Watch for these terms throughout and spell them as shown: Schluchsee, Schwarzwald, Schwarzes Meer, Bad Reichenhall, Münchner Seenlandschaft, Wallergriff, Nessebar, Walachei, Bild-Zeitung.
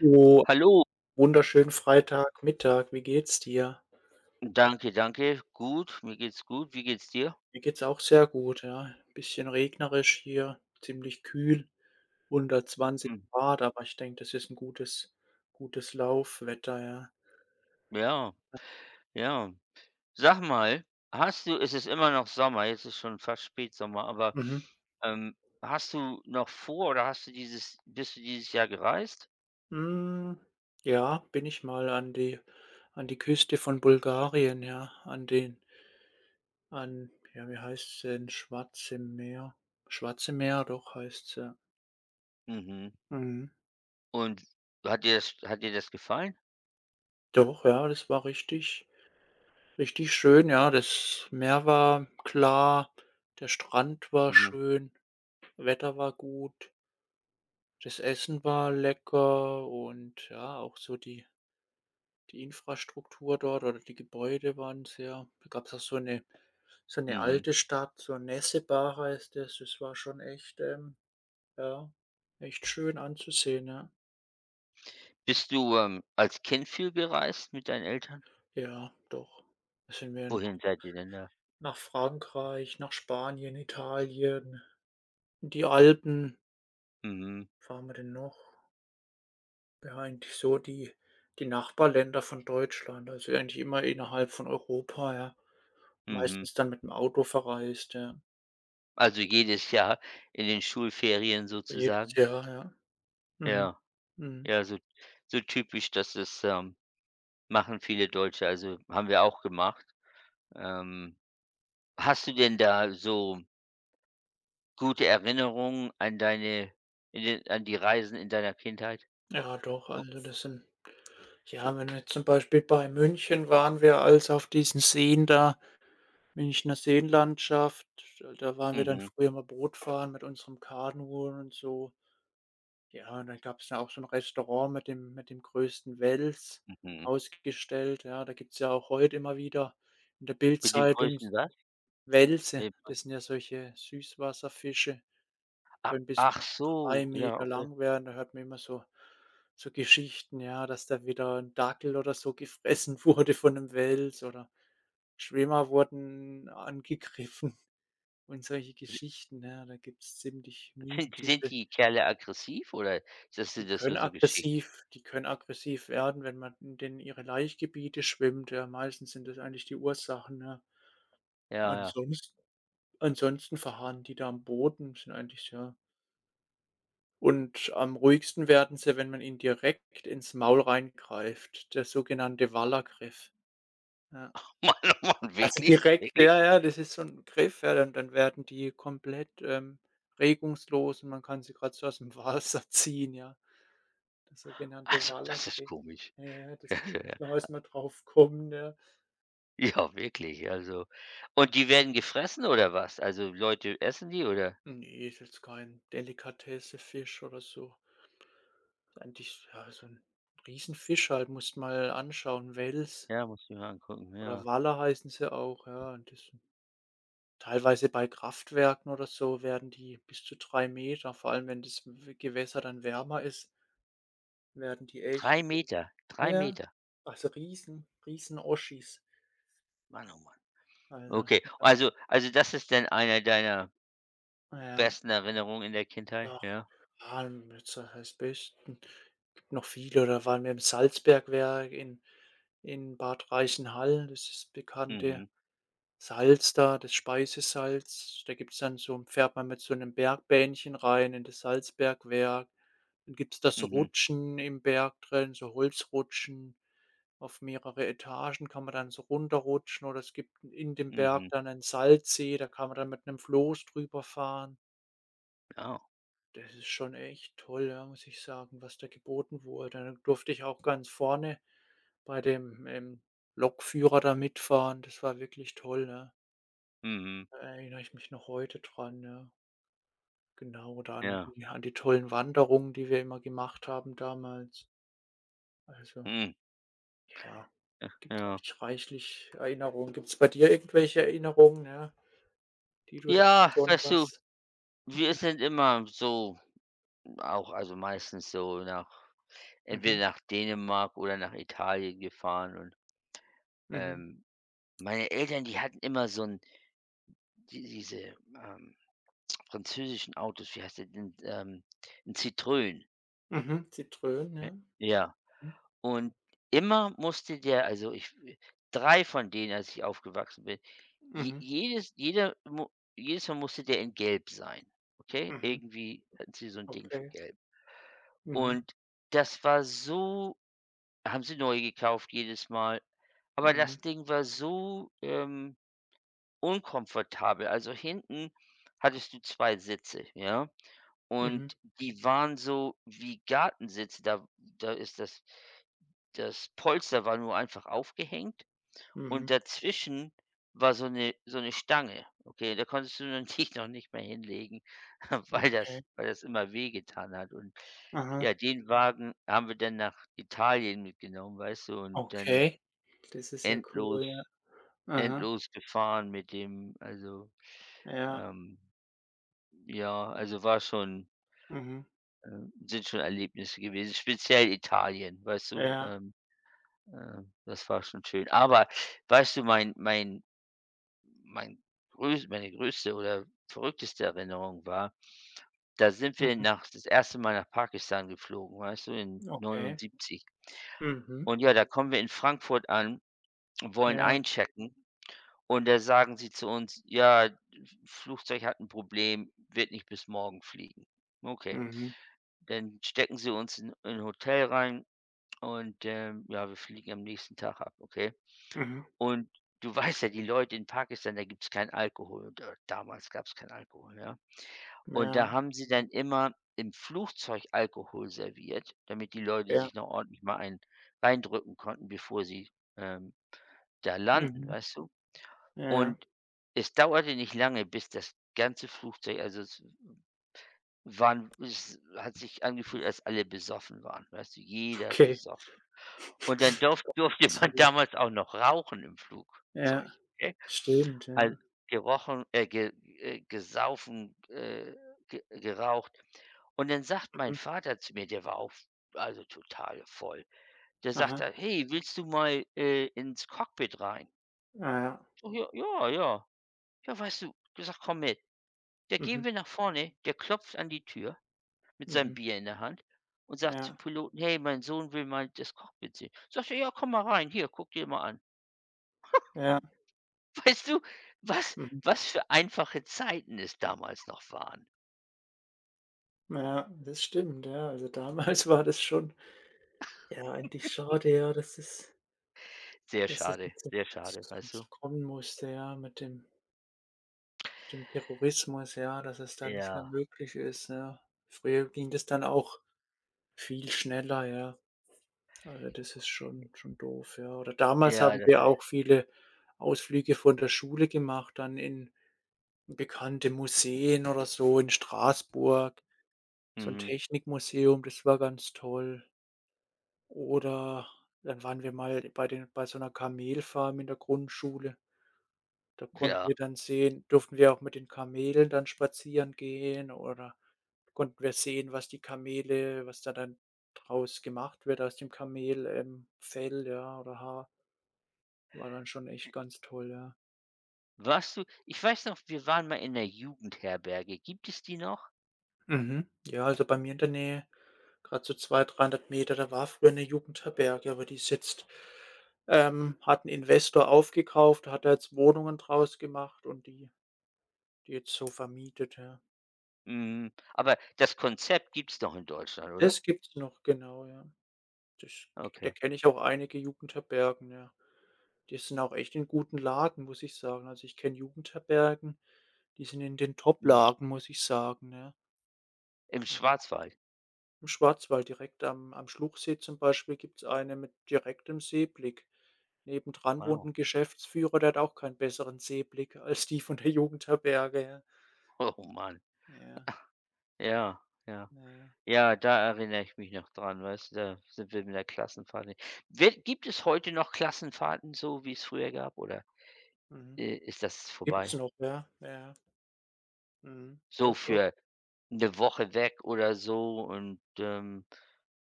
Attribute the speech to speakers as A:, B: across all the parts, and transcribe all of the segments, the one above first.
A: Oh,
B: Hallo,
A: wunderschönen Freitagmittag. Wie geht's dir?
B: danke, danke. Gut, mir geht's gut. Wie geht's dir?
A: Mir geht's auch sehr gut, ja. Bisschen regnerisch hier, ziemlich kühl, unter
B: Hm.
A: Grad, aber ich denke, das ist ein gutes Laufwetter, ja.
B: Ja, ja. Sag mal, hast du es ist immer noch Sommer, jetzt ist schon fast Spätsommer, aber,
A: Mhm.
B: ähm, hast du noch vor oder hast du dieses bist du dieses Jahr gereist?
A: Hm, ja, bin ich mal an die Küste von Bulgarien, ja, an den an ja, wie heißt's denn? Schwarze Meer, doch heißt's, ja.
B: Mhm.
A: Mhm.
B: Und hat dir das gefallen?
A: Doch, ja, das war richtig schön, ja. Das Meer war klar, der Strand war
B: Mhm,
A: schön, Wetter war gut, das Essen war lecker und ja, auch so die Infrastruktur dort oder die Gebäude waren sehr, da gab es auch so eine
B: mhm.
A: alte Stadt, so Nessebar heißt es. Das war schon echt, ja, echt schön anzusehen, ja.
B: Bist du, als Kind viel gereist mit deinen Eltern?
A: Ja, doch. Da sind wir nach
B: Wohin seid ihr denn da?
A: nach Frankreich, nach Spanien, Italien, in die Alpen.
B: Mhm,
A: Fahren wir denn noch? Ja, eigentlich so die Nachbarländer von Deutschland, also eigentlich immer innerhalb von Europa, ja.
B: mhm.
A: Meistens dann mit dem Auto verreist, ja.
B: Also jedes Jahr in den Schulferien
A: Jedes
B: sozusagen?
A: Jahr, ja. Mhm.
B: Ja.
A: Mhm.
B: Ja, so typisch, dass das, machen viele Deutsche, also, haben wir auch gemacht. Ähm, Hast du denn da so gute Erinnerungen an die Reisen in deiner Kindheit?
A: Ja, doch, also das sind ja, wenn wir jetzt zum Beispiel bei München, waren wir also auf diesen Seen da, Münchner Seenlandschaft, da waren wir dann
B: Mhm,
A: früher mal Boot fahren mit unserem Kanu und so. Ja, und dann gab's ja auch so 'n Restaurant mit dem größten Wels
B: mhm.
A: ausgestellt, ja. Da gibt's ja auch heute immer wieder in der
B: Mit dem
A: Bildzeitung
B: größten
A: s
B: was?
A: Welse.
B: Mit
A: Das sind ja solche Süßwasserfische,
B: a
A: können bis
B: Ach
A: zu
B: so,
A: 3
B: ja,
A: Meter
B: okay.
A: lang werden. Da hört man immer so Geschichten, ja, dass da wieder 'n Dackel oder so gefressen wurde von 'nem Wels oder Schwimmer wurden angegriffen und solche Geschichten, ja. Da gibt's ziemlich
B: Sind
A: mystische.
B: die Kerle aggressiv oder ist das sind
A: Die
B: das
A: können
B: nur so Geschichten?
A: aggressiv die können aggressiv werden, wenn man in denen ihre Laichgebiete schwimmt, ja. Meistens sind das eigentlich die Ursachen, ja.
B: Ja, ja.
A: Ansonsten ansonsten verharren die da am Boden, sind eigentlich ja, und am ruhigsten werden sie, wenn man ihnen direkt ins Maul reingreift, der sogenannte Wallergriff, ja.
B: Mann, oh Mann,
A: Also
B: wirklich?
A: direkt,
B: Wirklich?
A: ja, ja, das ist so ein Griff, ja, dann werden die komplett, regungslos und man kann sie grad so aus'm Wasser ziehen, ja. Das sogenannte
B: Also, das ist
A: Walachei.
B: komisch.
A: Ja, ja, das muss man erst mal drauf kommen, ja.
B: Ja, wirklich, also und die werden gefressen oder was? Also, Leute essen die oder?
A: Ne, ist jetzt kein Delikatessen-Fisch oder so. Ist eigentlich, ja, so 'n Riesenfisch halt, musst mal anschauen. Wels
B: Ja, muss ich mir angucken,
A: oder
B: ja.
A: Waller heißen sie auch, ja. Und das, teilweise bei Kraftwerken oder so, werden die bis zu 3 Meter, vor allem wenn das W Gewässer dann wärmer ist, werden die echt,
B: Drei Meter, drei
A: ja,
B: Meter.
A: also Riesen Riesen-Oschis.
B: Mann, oh Mann.
A: Also,
B: Okay, also das ist denn einer deiner
A: ja.
B: besten Erinnerungen in der Kindheit,
A: Ach,
B: ja?
A: ja, jetzt als Besten, gibt noch viele, oder waren wir im Salzbergwerk in Bad Reichenhall, das ist das bekannte
B: Mhm,
A: Salz da, das Speisesalz. Da gibt's dann so, fährt man mit so einem Bergbähnchen rein in das Salzbergwerk. Dann gibt's das
B: mhm,
A: Rutschen im Berg drin, so Holzrutschen. Auf mehrere Etagen kann man dann so runterrutschen, oder es gibt in dem Berg
B: mhm.
A: dann einen Salzsee, da kann man dann mit einem Floß drüber fahren.
B: Ja,
A: Das ist schon echt toll, ja, muss ich sagen, was da geboten wurde. Dann durfte ich auch ganz vorne bei dem, Lokführer da mitfahren. Das war wirklich toll, ja.
B: mhm,
A: Da erinnere ich mich noch heute dran, ja. Genau, oder
B: ja,
A: an die tollen Wanderungen, die wir immer gemacht haben damals. Also,
B: mhm,
A: ja, gibt's
B: ja.
A: eigentlich reichlich Erinnerungen. Gibt's bei dir irgendwelche Erinnerungen, ja, die du da
B: Ja, weißt du,
A: besonders
B: wir
A: mhm,
B: sind immer so auch, also meistens so, nach
A: mhm,
B: entweder nach Dänemark oder nach Italien gefahren und,
A: mhm,
B: ähm, meine Eltern, die hatten immer so 'n diese, ähm, französischen Autos, wie heißt der denn? 'N Citroën,
A: mhm, Zitrönen, ja.
B: ja.
A: Mhm,
B: Und immer musste der, also, ich 3 von denen, als ich aufgewachsen bin, je
A: mhm,
B: jedes jeder mu jedes Mal musste der in Gelb sein, okay?
A: mhm,
B: Irgendwie hatten sie so ein Ding für
A: okay,
B: Gelb.
A: mhm.
B: Und das war so, haben sie neu gekauft jedes Mal, aber
A: Mhm,
B: das Ding war so, unkomfortabel. Also, hinten hattest du 2 Sitze, ja?
A: mhm,
B: Und die waren so wie Gartensitze, da ist das das Polster war nur einfach aufgehängt
A: mhm.
B: und dazwischen war so eine Stange. Okay, da konntest du dann dich noch nicht mehr hinlegen, weil das
A: Okay.
B: immer wehgetan hat. Und ja,
A: Aha,
B: den Wagen haben wir dann nach Italien mitgenommen, weißt du, und dann
A: okay. Das ist ja cool,
B: endlos
A: ja. Aha,
B: endlos gefahren mit dem. Also,
A: ja,
B: ähm, ja, also war schon.
A: mhm,
B: Sind schon Erlebnisse gewesen, speziell Italien, weißt du?
A: ja,
B: Das war schon schön. Aber weißt du, mein meine größte oder verrückteste Erinnerung war, da sind wir
A: mhm,
B: nach das erste Mal nach Pakistan geflogen, weißt du, in
A: okay.
B: 79.
A: Mhm,
B: Und ja, da kommen wir in Frankfurt an, wollen
A: ja,
B: einchecken und da sagen sie zu uns: „Ja, Flugzeug hat ein Problem, wird nicht bis morgen fliegen." Okay,
A: mhm,
B: dann stecken sie uns in 'n Hotel rein. Und, ja, wir fliegen am nächsten Tag ab, okay?
A: mhm,
B: Und du weißt ja, die Leute in Pakistan, da gibt's keinen Alkohol oder damals gab's keinen Alkohol, ja? Und da
A: ja,
B: haben sie dann immer im Flugzeug Alkohol serviert, damit die Leute
A: ja,
B: sich noch ordentlich mal einen reindrücken konnten, bevor sie, ähm, da landen,
A: mhm,
B: weißt du?
A: ja, ja,
B: Und es dauerte nicht lange, bis das ganze Flugzeug, also, es hat sich angefühlt, als alle besoffen waren, weißt du? Jeder
A: okay.
B: gesoffen. Und dann durf durfte
A: So,
B: man damals auch noch rauchen im Flugzeug,
A: ja,
B: okay?
A: stimmt,
B: Also,
A: ja.
B: gerochen, ge gesaufen, ge geraucht. Und dann sagt mein
A: Mhm,
B: Vater zu mir, der war auch also total voll. Der sagt
A: aha,
B: dann: „Hey, willst du mal, ins Cockpit rein?"
A: ah, ja,
B: „Oh ja, ja." „Ja, ja, weißt du", gesagt, „Komm mit." Da gehen
A: mhm,
B: wir nach vorne, der klopft an die Tür mit seinem
A: mhm,
B: Bier in der Hand und sagt zum
A: ja,
B: Piloten: „Hey, mein Sohn will mal das Cockpit sehen." Sagt er: „Ja, komm mal rein, hier, guck dir mal an."
A: ja,
B: Weißt du, was
A: mhm,
B: was für einfache Zeiten es damals noch waren?
A: ja, das stimmt, ja. Also, damals war das schon, ja, eigentlich schade, ja, dass das. Dass es nicht so
B: Sehr schade, weißt du?
A: kurz kommen musste, ja, mit dem Terrorismus, ja, dass es da nicht mehr
B: Ja,
A: möglich ist, ja. Früher ging das dann auch viel schneller, ja. Also, das ist schon doof, ja. Oder damals
B: ja,
A: haben
B: das
A: wir
B: ist,
A: auch viele Ausflüge von der Schule gemacht, dann in bekannte Museen oder so in Straßburg, so ein
B: mhm,
A: Technikmuseum, das war ganz toll. Oder dann waren wir mal bei so einer Kamelfarm in der Grundschule. Da konnten
B: ja.
A: wir dann sehen, durften wir auch mit den Kamelen dann spazieren gehen oder konnten wir sehen, was die Kamele, was da dann draus gemacht wird, aus dem Kamel, Fell, ja, oder Haar. War dann schon echt ganz toll, ja.
B: Warst du Ich weiß noch, wir waren mal in der Jugendherberge. Gibt es die noch?
A: Mhm. Ja, also bei mir in der Nähe, gerade so 200, 300 Meter, da war früher eine Jugendherberge, aber die ist jetzt, hat ein Investor aufgekauft, hat da jetzt Wohnungen draus gemacht und die jetzt so vermietet, ja.
B: Mhm, aber das Konzept gibt es noch in Deutschland, oder?
A: Das gibt's noch, genau, ja. Das Da
B: Okay.
A: kenne ich auch einige Jugendherbergen, ja. Die sind auch echt in guten Lagen, muss ich sagen. Also, ich kenne Jugendherbergen, die sind in den
B: Mhm.
A: Top-Lagen, muss ich sagen, ja.
B: Im
A: Also,
B: Schwarzwald.
A: im Schwarzwald direkt am Schluchsee zum Beispiel gibt es eine mit direktem Seeblick. Nebendran wohnt
B: Wow.
A: ein Geschäftsführer, der hat auch keinen besseren Seeblick als die von der Jugendherberge, ja.
B: Oh Mann.
A: Ja,
B: Ja, ja.
A: ja, ja.
B: Ja, da erinnere ich mich noch dran, weißt du, da sind wir mit der Klassenfahrt hin. Wird Gibt es heute noch Klassenfahrten so, wie es früher gab, oder?
A: Mhm.
B: Ist das
A: Gibt's
B: vorbei.
A: noch, ja, ja. Mhm.
B: So
A: Doch, doch.
B: für eine Woche weg oder so und,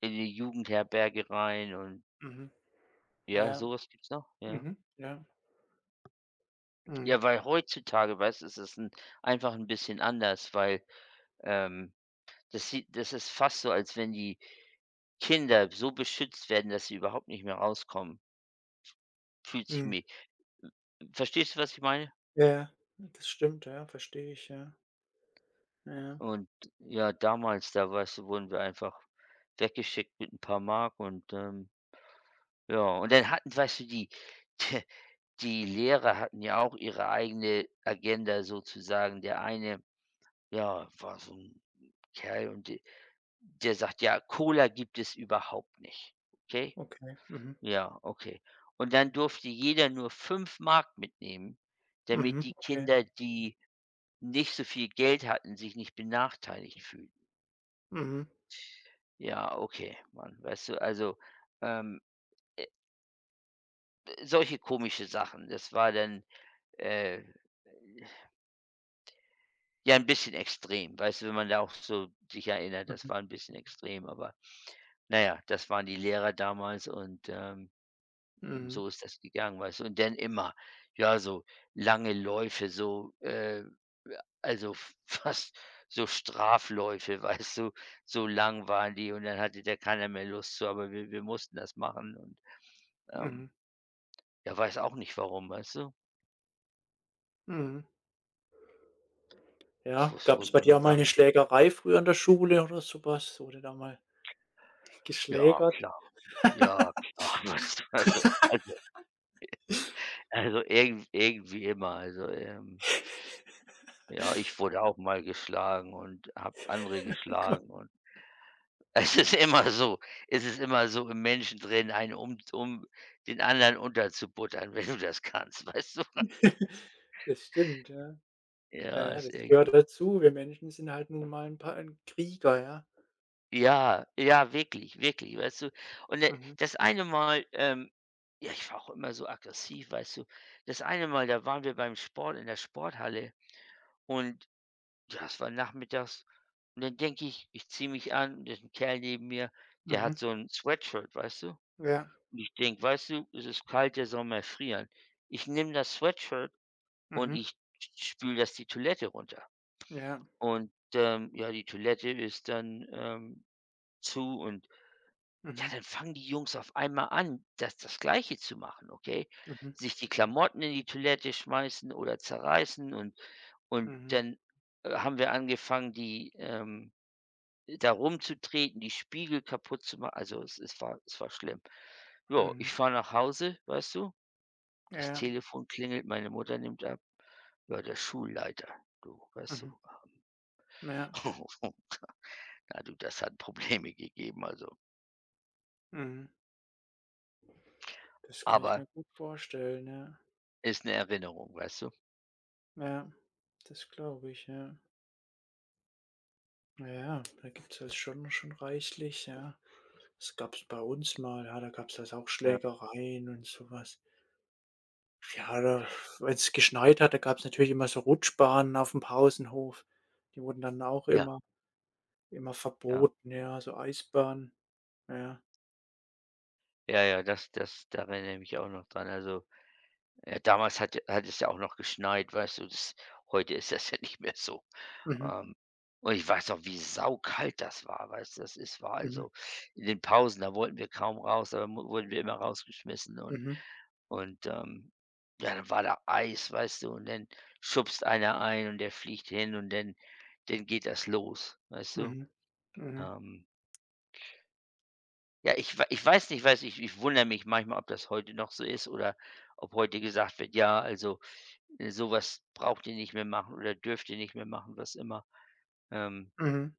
B: in die Jugendherberge rein und
A: Mhm.
B: ja, so
A: Ja.
B: was gibt's noch, ja.
A: Mhm. Ja. Mhm.
B: Ja, weil heutzutage, weißt du, ist es 'n einfach ein bisschen anders, weil, ähm, das ist fast so, als wenn die Kinder so beschützt werden, dass sie überhaupt nicht mehr rauskommen, fühlt sich
A: Mhm.
B: mir, verstehst du, was ich meine?
A: Ja, das stimmt, ja, verstehe ich, ja. Ja,
B: Und ja, damals, da weißt du, wurden wir einfach weggeschickt mit ein paar Mark und, Ja, und dann hatten, weißt du, die die Lehrer hatten ja auch ihre eigene Agenda sozusagen. Der eine, ja, war so ein Kerl und de der sagt: „Ja, Cola gibt es überhaupt nicht." Okay?
A: okay. Mhm.
B: Ja, okay. Und dann durfte jeder nur 5 Mark mitnehmen, damit
A: Mhm.
B: die
A: Okay.
B: Kinder, die nicht so viel Geld hatten, sich nicht benachteiligt fühlen.
A: Mhm.
B: Ja, okay, Mann, weißt du, also, ähm, solche komische Sachen. Das war dann, äh Ja, ein bisschen extrem. Weißt du, wenn man da auch so sich erinnert, das
A: Mhm.
B: war ein bisschen extrem, aber naja, das waren die Lehrer damals und,
A: Mhm.
B: so ist das gegangen, weißt du? Und dann immer, ja, so lange Läufe, so, also f fast so Strafläufe, weißt du? So lang waren die und dann hatte da keiner mehr Lust zu, aber wir mussten das machen und, ähm,
A: Mhm.
B: ja, weiß auch nicht warum, weißt du?
A: Mhm.
B: Es war
A: Ja,
B: es
A: gab
B: war
A: es
B: so
A: bei
B: eine
A: dir auch mal
B: Sache.
A: eine Schlägerei früher in der Schule oder so was? Wurde da mal
B: Ja,
A: geschlägert?
B: klar. Ja, klar. Weißt du, also, irgendwie immer. Also, ja, ich wurde auch mal geschlagen und habe andere geschlagen und es ist immer so, im Menschen drin, einen um den anderen unterzubuttern, wenn du das kannst, weißt du?
A: Das stimmt, ja. Ja,
B: Ja,
A: ja,
B: ist
A: das
B: irgendwie,
A: gehört dazu. Wir Menschen sind halt nun mal ein paar 'n Krieger, ja.
B: ja, ja, wirklich, wirklich, weißt du? Und,
A: Mhm.
B: das eine Mal, ja, ich war auch immer so aggressiv, weißt du? Das eine Mal, da waren wir beim Sport in der Sporthalle und das war nachmittags. Und dann denke ich, ich ziehe mich an, da ist 'n Kerl neben mir, der
A: Mhm.
B: hat so ein Sweatshirt, weißt du?
A: Ja.
B: Und ich denke: „Weißt du, es ist kalt, der soll mal erfrieren." Ich nehme das Sweatshirt und
A: Mhm.
B: ich spüle das die Toilette runter.
A: Ja.
B: Und, ja, die Toilette ist dann, zu und ja,
A: Mhm.
B: dann fangen die Jungs auf einmal an, das Gleiche zu machen, okay?
A: Mhm.
B: Sich die Klamotten in die Toilette schmeißen oder zerreißen und
A: Mhm.
B: dann, haben wir angefangen, da rumzutreten, die Spiegel kaputt zu machen. Also, es war schlimm. Ja, ich
A: Mhm.
B: fahre nach Hause, weißt du? Das
A: Ja.
B: Telefon klingelt, meine Mutter nimmt ab. Ja, der Schulleiter, du, weißt du?
A: Mhm. Ja.
B: Na du, das hat Probleme gegeben, also.
A: Mhm. Das kann ich
B: Aber
A: mir gut vorstellen, ja.
B: ist eine Erinnerung, weißt du?
A: Ja, das glaube ich, ja. Ja, da gibt's das schon reichlich, ja. Das gab's bei uns mal, ja, da gab's das auch
B: Ja,
A: Schlägereien und sowas. Ja, da, wenn's geschneit hat, da gab's natürlich immer so Rutschbahnen auf dem Pausenhof. Die wurden dann auch
B: ja,
A: immer
B: ja.
A: verboten, ja, so Eisbahnen. Ja.
B: Ja, ja, das da erinnere ich mich auch noch dran. Also, damals hat es ja auch noch geschneit, weißt du? Das heute ist das ja nicht mehr so.
A: Mhm,
B: Ähm, und ich weiß noch, wie saukalt das war, weißt du? Das ist war
A: mhm,
B: also in den Pausen, da wollten wir kaum raus, aber mu wurden wir immer rausgeschmissen und
A: mhm,
B: und, ähm, ja, dann war da Eis, weißt du, und dann schubst einer ein und der fliegt hin und dann geht das los, weißt du?
A: mhm, mhm,
B: Ähm, ja, ich weiß nicht, weiß ich ich wundere mich manchmal, ob das heute noch so ist oder ob heute gesagt wird: „Ja, also, so braucht ihr nicht mehr machen oder dürft ihr nicht mehr machen", was immer. Ähm
A: mhm,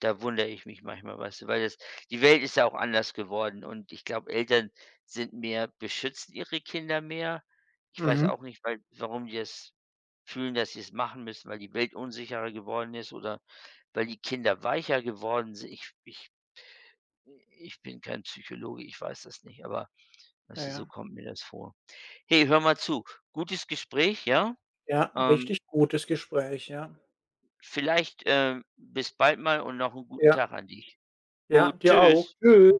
B: Da wundere ich mich manchmal, weißt du, weil das, die Welt ist ja auch anders geworden und ich glaube, Eltern sind mehr beschützen ihre Kinder mehr. Ich weiß
A: mhm.
B: auch nicht, weil warum die es fühlen, dass sie es machen müssen, weil die Welt unsicherer geworden ist oder weil die Kinder weicher geworden sind. Ich bin kein Psychologe, ich weiß das nicht, aber
A: Ja,
B: weißt du, so
A: ja.
B: kommt mir das vor. Hey, hör mal zu, gutes Gespräch, ja?
A: Ja,
B: Ähm,
A: richtig gutes Gespräch, ja.
B: vielleicht, bis bald mal und noch einen guten
A: Ja.
B: Tag an dich.
A: Ja,
B: Gut,
A: dir auch.
B: tschüss.
A: Tschüss.